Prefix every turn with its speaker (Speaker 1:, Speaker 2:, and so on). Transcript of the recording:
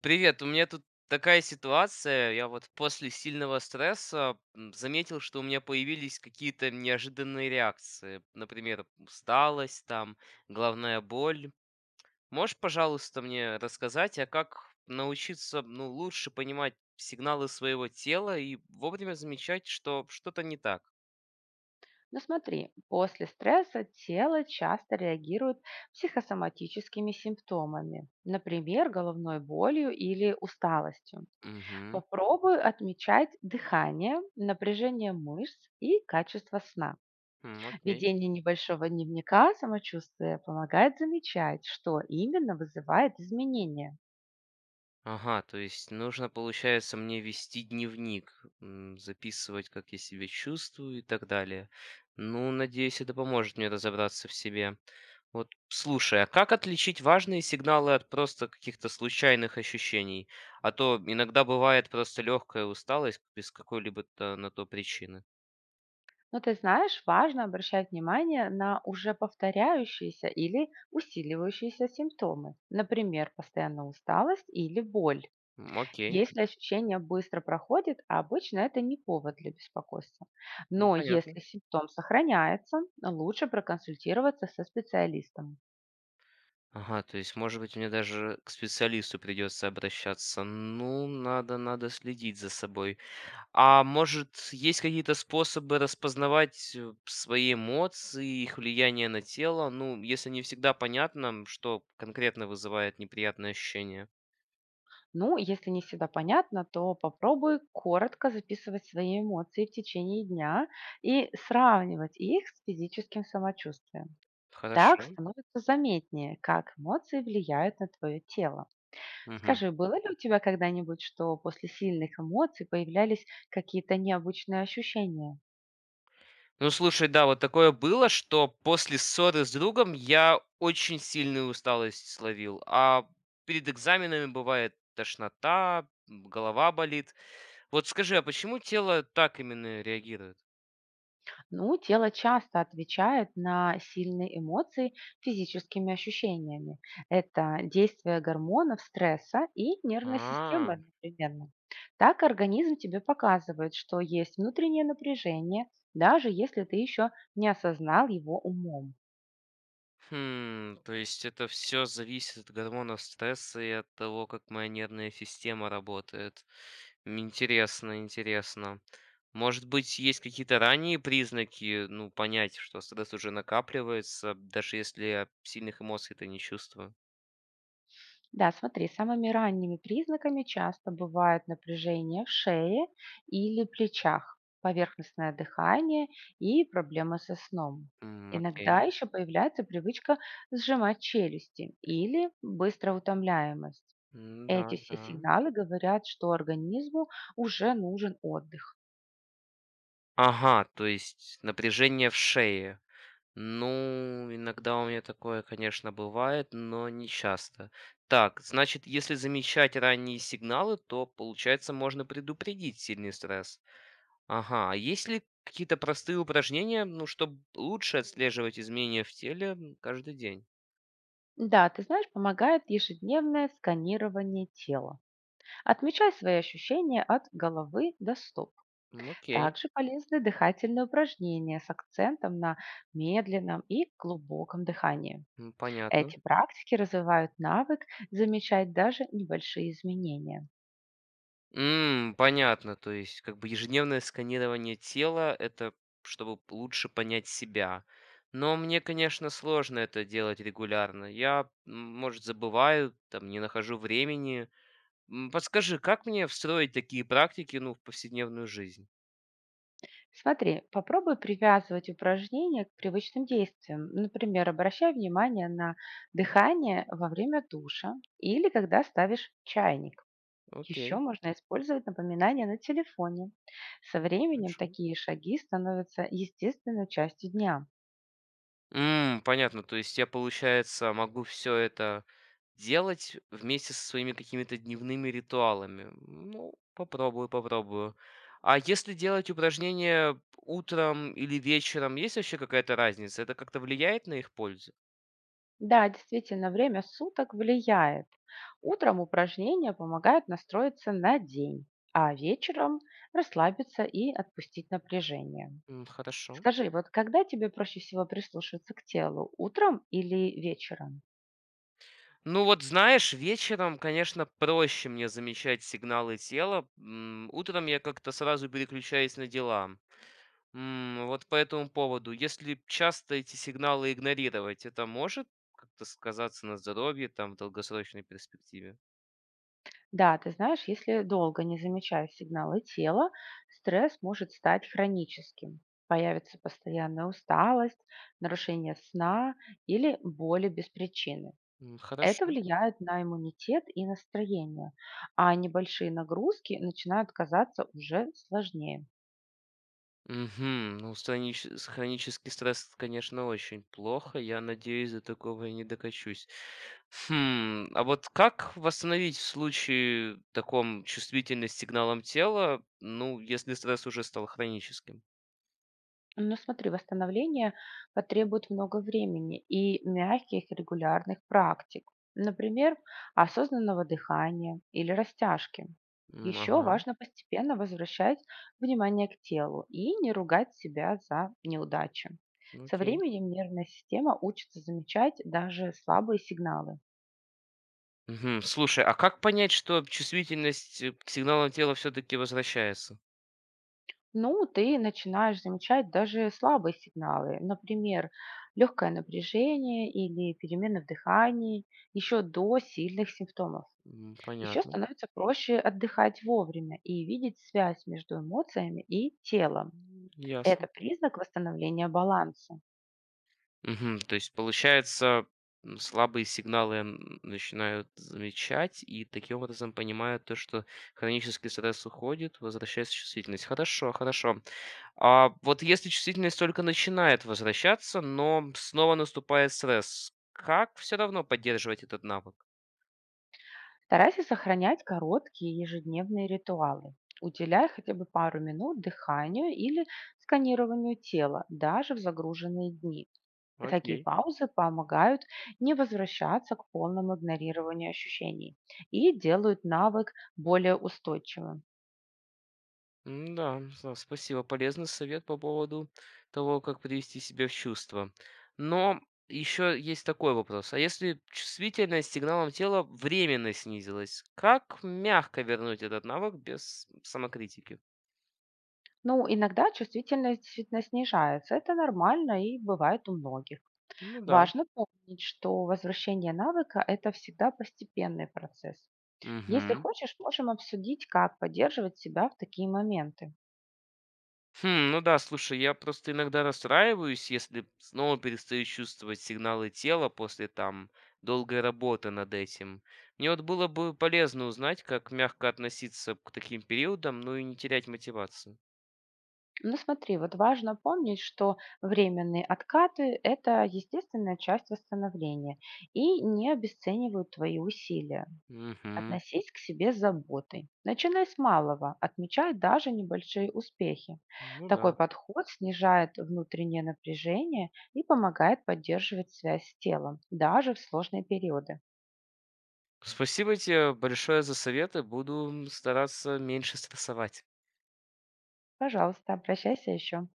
Speaker 1: Привет, у меня тут такая ситуация. Я вот после сильного стресса заметил, что у меня появились какие-то неожиданные реакции. Например, усталость, там, головная боль. Можешь, пожалуйста, мне рассказать, а как научиться, ну, лучше понимать сигналы своего тела и вовремя замечать, что что-то не так?
Speaker 2: Но смотри, после стресса тело часто реагирует психосоматическими симптомами, например, головной болью или усталостью.
Speaker 1: Угу,
Speaker 2: Попробуй отмечать дыхание, напряжение мышц и качество сна.
Speaker 1: окей.
Speaker 2: Ведение небольшого дневника самочувствия помогает замечать, что именно вызывает изменения.
Speaker 1: Ага, то есть нужно, получается, мне вести дневник, записывать, как я себя чувствую и так далее. Ну, надеюсь, это поможет мне разобраться в себе. Вот, слушай, а как отличить важные сигналы от просто каких-то случайных ощущений? А то иногда бывает просто легкая усталость без какой-либо то на то причины.
Speaker 2: Но ты знаешь, важно обращать внимание на уже повторяющиеся или усиливающиеся симптомы, например, постоянная усталость или боль.
Speaker 1: М, окей,
Speaker 2: Если ощущение быстро проходит, а обычно это не повод для беспокойства.
Speaker 1: ну,
Speaker 2: Но если
Speaker 1: понятно.
Speaker 2: симптом сохраняется, лучше проконсультироваться со специалистом.
Speaker 1: Ага, то есть, может быть, мне даже к специалисту придется обращаться. Ну, надо следить за собой. А может, есть какие-то способы распознавать свои эмоции, их влияние на тело? Ну, если не всегда понятно, что конкретно вызывает неприятное ощущение.
Speaker 2: Ну, если не всегда понятно, то попробуй коротко записывать свои эмоции в течение дня и сравнивать их с физическим самочувствием. Так
Speaker 1: Хорошо.
Speaker 2: становится заметнее, как эмоции влияют на твое тело.
Speaker 1: Мгм.
Speaker 2: Скажи, было ли у тебя когда-нибудь, что после сильных эмоций появлялись какие-то необычные ощущения?
Speaker 1: Ну, слушай, да, вот такое было, что после ссоры с другом я очень сильную усталость словил. А перед экзаменами бывает тошнота, голова болит. Вот скажи, а почему тело так именно реагирует?
Speaker 2: Ну, тело часто отвечает на сильные эмоции физическими ощущениями. Это действие гормонов стресса и нервной системы
Speaker 1: А.
Speaker 2: одновременно. Так организм тебе показывает, что есть внутреннее напряжение, даже если ты еще не осознал его умом.
Speaker 1: Хм, то есть это все зависит от гормонов стресса и от того, как моя нервная система работает. М, интересно, интересно. Может быть, есть какие-то ранние признаки, ну, понять, что стресс уже накапливается, даже если я сильных эмоций-то не чувствую.
Speaker 2: Да, смотри, самыми ранними признаками часто бывают напряжение в шее или плечах, поверхностное дыхание и проблемы со сном.
Speaker 1: М,
Speaker 2: Иногда
Speaker 1: окей.
Speaker 2: еще появляется привычка сжимать челюсти или быстрая утомляемость.
Speaker 1: Да,
Speaker 2: Эти все
Speaker 1: да.
Speaker 2: сигналы говорят, что организму уже нужен отдых.
Speaker 1: Ага, то есть напряжение в шее. Ну, иногда у меня такое, конечно, бывает, но не часто. Так, значит, если замечать ранние сигналы, то, получается, можно предупредить сильный стресс. Ага, а есть ли какие-то простые упражнения, ну, чтобы лучше отслеживать изменения в теле каждый день?
Speaker 2: Да, ты знаешь, помогает ежедневное сканирование тела. Отмечай свои ощущения от головы до стоп.
Speaker 1: М, окей,
Speaker 2: Также полезны дыхательные упражнения с акцентом на медленном и глубоком дыхании.
Speaker 1: понятно.
Speaker 2: Эти практики развивают навык замечать даже небольшие изменения.
Speaker 1: М, понятно. То есть, как бы ежедневное сканирование тела- это чтобы лучше понять себя. Но мне, конечно, сложно это делать регулярно. Я, может, забываю, там, не нахожу времени. Подскажи, как мне встроить такие практики, ну, в повседневную жизнь?
Speaker 2: Смотри, попробуй привязывать упражнения к привычным действиям. Например, обращай внимание на дыхание во время душа или когда ставишь чайник. Еще
Speaker 1: Окей,
Speaker 2: можно использовать напоминания на телефоне. Со временем
Speaker 1: хорошо.
Speaker 2: такие шаги становятся естественной частью дня.
Speaker 1: М, понятно. То есть я, получается, могу все это делать вместе со своими какими-то дневными ритуалами. Ну, попробую. А если делать упражнения утром или вечером, есть вообще какая-то разница? Это как-то влияет на их пользу?
Speaker 2: Да, действительно, время суток влияет. Утром упражнения помогают настроиться на день, а вечером расслабиться и отпустить напряжение.
Speaker 1: М, хорошо.
Speaker 2: Скажи, вот когда тебе проще всего прислушиваться к телу, утром или вечером?
Speaker 1: Ну вот знаешь, вечером, конечно, проще мне замечать сигналы тела. Утром я как-то сразу переключаюсь на дела. Вот по этому поводу. Если часто эти сигналы игнорировать, это может как-то сказаться на здоровье там в долгосрочной перспективе?
Speaker 2: Да, ты знаешь, если долго не замечая сигналы тела, стресс может стать хроническим. Появится постоянная усталость, нарушение сна или боли без причины.
Speaker 1: М,
Speaker 2: Это
Speaker 1: хорошо.
Speaker 2: влияет на иммунитет и настроение, а небольшие нагрузки начинают казаться уже сложнее.
Speaker 1: Мгм. Ну, хронический стресс, конечно, очень плохо. Я надеюсь, до такого я не докачусь. Хм, а вот как восстановить в случае таком чувствительность к сигналам тела, ну, если стресс уже стал хроническим?
Speaker 2: Но смотри, восстановление потребует много времени и мягких регулярных практик, например, осознанного дыхания или растяжки.
Speaker 1: М,
Speaker 2: Еще
Speaker 1: ага,
Speaker 2: важно постепенно возвращать внимание к телу и не ругать себя за неудачи. Со
Speaker 1: окей.
Speaker 2: временем нервная система учится замечать даже слабые сигналы.
Speaker 1: Мгм. Слушай, а как понять, что чувствительность к сигналам тела все-таки возвращается?
Speaker 2: Ну, ты начинаешь замечать даже слабые сигналы, например, легкое напряжение или перемены в дыхании еще до сильных симптомов.
Speaker 1: М,
Speaker 2: Еще
Speaker 1: понятно.
Speaker 2: становится проще отдыхать вовремя и видеть связь между эмоциями и телом.
Speaker 1: М,
Speaker 2: Это
Speaker 1: ясно.
Speaker 2: признак восстановления баланса.
Speaker 1: Мгм. То есть, получается, слабые сигналы начинают замечать и таким образом понимают то, что хронический стресс уходит, возвращается чувствительность. Хорошо, хорошо. А вот если чувствительность только начинает возвращаться, но снова наступает стресс, как все равно поддерживать этот навык?
Speaker 2: Старайся сохранять короткие ежедневные ритуалы. Уделяй хотя бы пару минут дыханию или сканированию тела, даже в загруженные дни. Такие
Speaker 1: Окей.
Speaker 2: паузы помогают не возвращаться к полному игнорированию ощущений и делают навык более устойчивым.
Speaker 1: М, да, да, спасибо. Полезный совет по поводу того, как привести себя в чувство. Но еще есть такой вопрос. А если чувствительность к сигналам тела временно снизилась, как мягко вернуть этот навык без самокритики?
Speaker 2: Ну, иногда чувствительность действительно снижается. Это нормально и бывает у многих.
Speaker 1: Ну да.
Speaker 2: Важно помнить, что возвращение навыка– это всегда постепенный процесс. Если
Speaker 1: Угу.
Speaker 2: хочешь, можем обсудить, как поддерживать себя в такие моменты.
Speaker 1: Хм, ну да, слушай, я просто иногда расстраиваюсь, если снова перестаю чувствовать сигналы тела после там долгой работы над этим. Мне вот было бы полезно узнать, как мягко относиться к таким периодам, ну и не терять мотивацию.
Speaker 2: Ну смотри, вот важно помнить, что временные откаты– это естественная часть восстановления и не обесценивают твои усилия.
Speaker 1: Угу.
Speaker 2: Относись к себе с заботой. Начинай с малого, отмечай даже небольшие успехи.
Speaker 1: Ну
Speaker 2: Такой
Speaker 1: да.
Speaker 2: подход снижает внутреннее напряжение и помогает поддерживать связь с телом, даже в сложные периоды.
Speaker 1: Спасибо тебе большое за советы. Буду стараться меньше стрессовать.
Speaker 2: Пожалуйста, обращайся еще.